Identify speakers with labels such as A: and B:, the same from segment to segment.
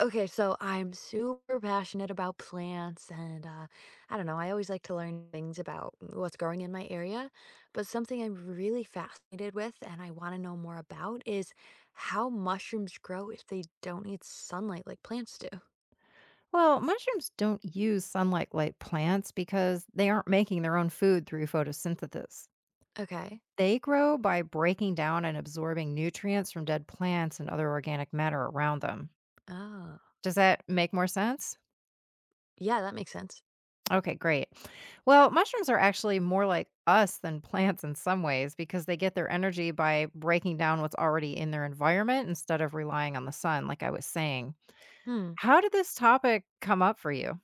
A: Okay, so I'm super passionate about plants, and I don't know, I always like to learn things about what's growing in my area. But something I'm really fascinated with and I want to know more about is how mushrooms grow if they don't need sunlight like plants do.
B: Well, mushrooms don't use sunlight like plants because they aren't making their own food through photosynthesis.
A: Okay.
B: They grow by breaking down and absorbing nutrients from dead plants and other organic matter around them.
A: Oh,
B: Does that make more sense?
A: yeah, that makes sense.
B: Okay, great. Well, mushrooms are actually more like us than plants in some ways because they get their energy by breaking down what's already in their environment instead of relying on the sun, like I was saying.
A: Hmm.
B: How did this topic come up for you?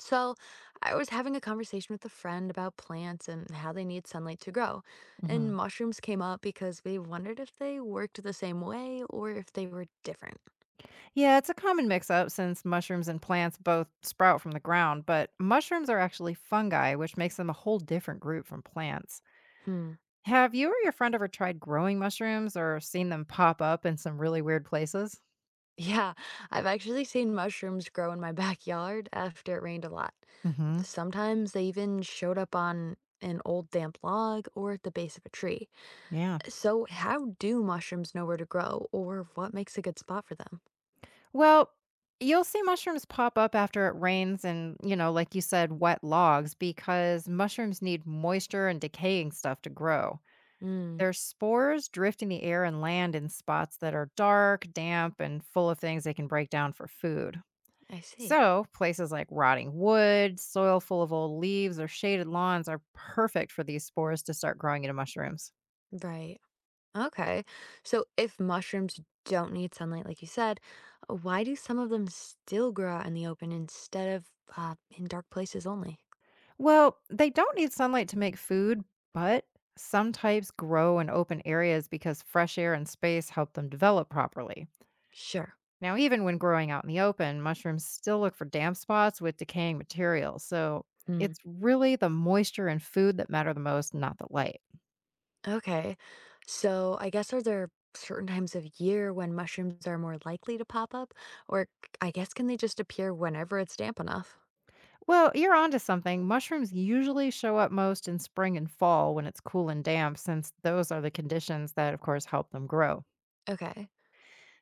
A: So I was having a conversation with a friend about plants and how they need sunlight to grow. And
B: Mhm.
A: mushrooms came up because we wondered if they worked the same way or if they were different.
B: Yeah, it's a common mix up since mushrooms and plants both sprout from the ground, but mushrooms are actually fungi, which makes them a whole different group from plants.
A: Hmm.
B: Have you or your friend ever tried growing mushrooms or seen them pop up in some really weird places?
A: Yeah, I've actually seen mushrooms grow in my backyard after it rained a lot.
B: Hmm.
A: Sometimes they even showed up on an old damp log or at the base of a tree.
B: Yeah.
A: So, how do mushrooms know where to grow or what makes a good spot for them?
B: Well, you'll see mushrooms pop up after it rains and, you know, like you said, wet logs because mushrooms need moisture and decaying stuff to grow.
A: Hmm,
B: Their spores drift in the air and land in spots that are dark, damp, and full of things they can break down for food.
A: I see.
B: So, places like rotting wood, soil full of old leaves, or shaded lawns are perfect for these spores to start growing into mushrooms.
A: Right. Okay. So, if mushrooms don't need sunlight, like you said, why do some of them still grow out in the open instead of in dark places only?
B: Well, they don't need sunlight to make food, but some types grow in open areas because fresh air and space help them develop properly.
A: Sure.
B: Now, even when growing out in the open, mushrooms still look for damp spots with decaying material. So
A: Hmm.
B: it's really the moisture and food that matter the most, not the light.
A: Okay. So I guess, are there certain times of year when mushrooms are more likely to pop up? Or I guess can they just appear whenever it's damp enough?
B: Well, you're onto something. Mushrooms usually show up most in spring and fall when it's cool and damp, since those are the conditions that, of course, help them grow.
A: Okay.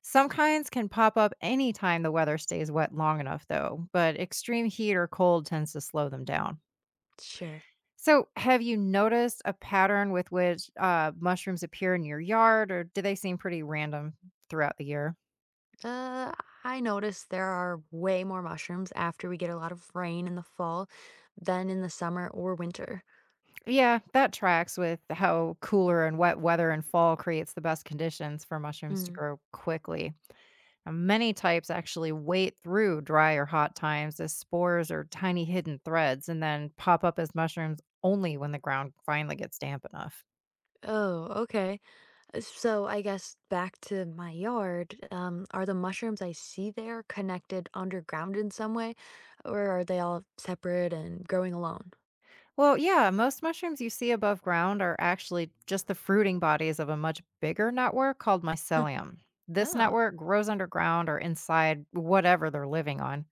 B: Some kinds can pop up anytime the weather stays wet long enough, though, but extreme heat or cold tends to slow them down.
A: Sure.
B: So, have you noticed a pattern with which mushrooms appear in your yard, or do they seem pretty random throughout the year?
A: Uh, I noticed there are way more mushrooms after we get a lot of rain in the fall than in the summer or winter.
B: Yeah, that tracks with how cooler and wet weather in fall creates the best conditions for mushrooms to
A: Mm.
B: grow quickly. And many types actually wait through dry or hot times as spores or tiny hidden threads and then pop up as mushrooms only when the ground finally gets damp enough.
A: Oh, okay. So I guess, back to my yard, are the mushrooms I see there connected underground in some way, or are they all separate and growing alone?
B: Well, yeah, most mushrooms you see above ground are actually just the fruiting bodies of a much bigger network called mycelium. This
A: Oh,
B: network grows underground or inside whatever they're living on.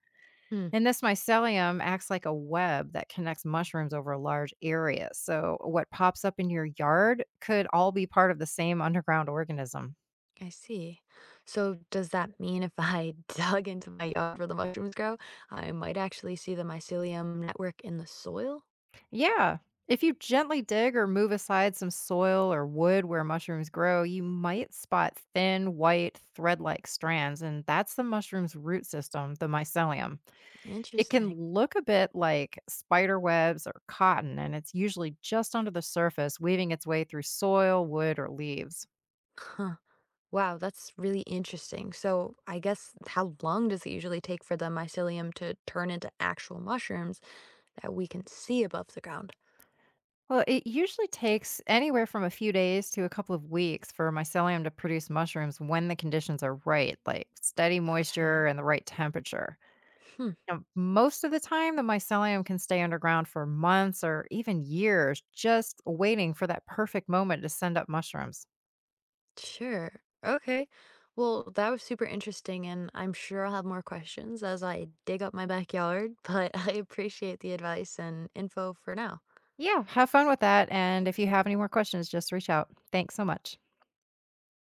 A: hmm,
B: And this mycelium acts like a web that connects mushrooms over large areas. So, what pops up in your yard could all be part of the same underground organism.
A: I see. So does that mean if I dug into my yard where the mushrooms grow, I might actually see the mycelium network in the soil?
B: Yeah. If you gently dig or move aside some soil or wood where mushrooms grow, you might spot thin, white, thread like strands, and that's the mushroom's root system, the mycelium. It can
A: Interesting.
B: look a bit like spider webs or cotton, and it's usually just under the surface, weaving its way through soil, wood, or leaves.
A: Huh. Wow, that's really interesting. So I guess, how long does it usually take for the mycelium to turn into actual mushrooms that we can see above the ground?
B: Well, it usually takes anywhere from a few days to a couple of weeks for mycelium to produce mushrooms when the conditions are right, like steady moisture
A: Okay.
B: and the right temperature.
A: Hmm.
B: Now, most of the time, the mycelium can stay underground for months or even years, just waiting for that perfect moment to send up mushrooms.
A: Sure. Okay. Well, that was super interesting, and I'm sure I'll have more questions as I dig up my backyard, but I appreciate the advice and info for now.
B: Yeah, have fun with that. And if you have any more questions, just reach out. Thanks so much.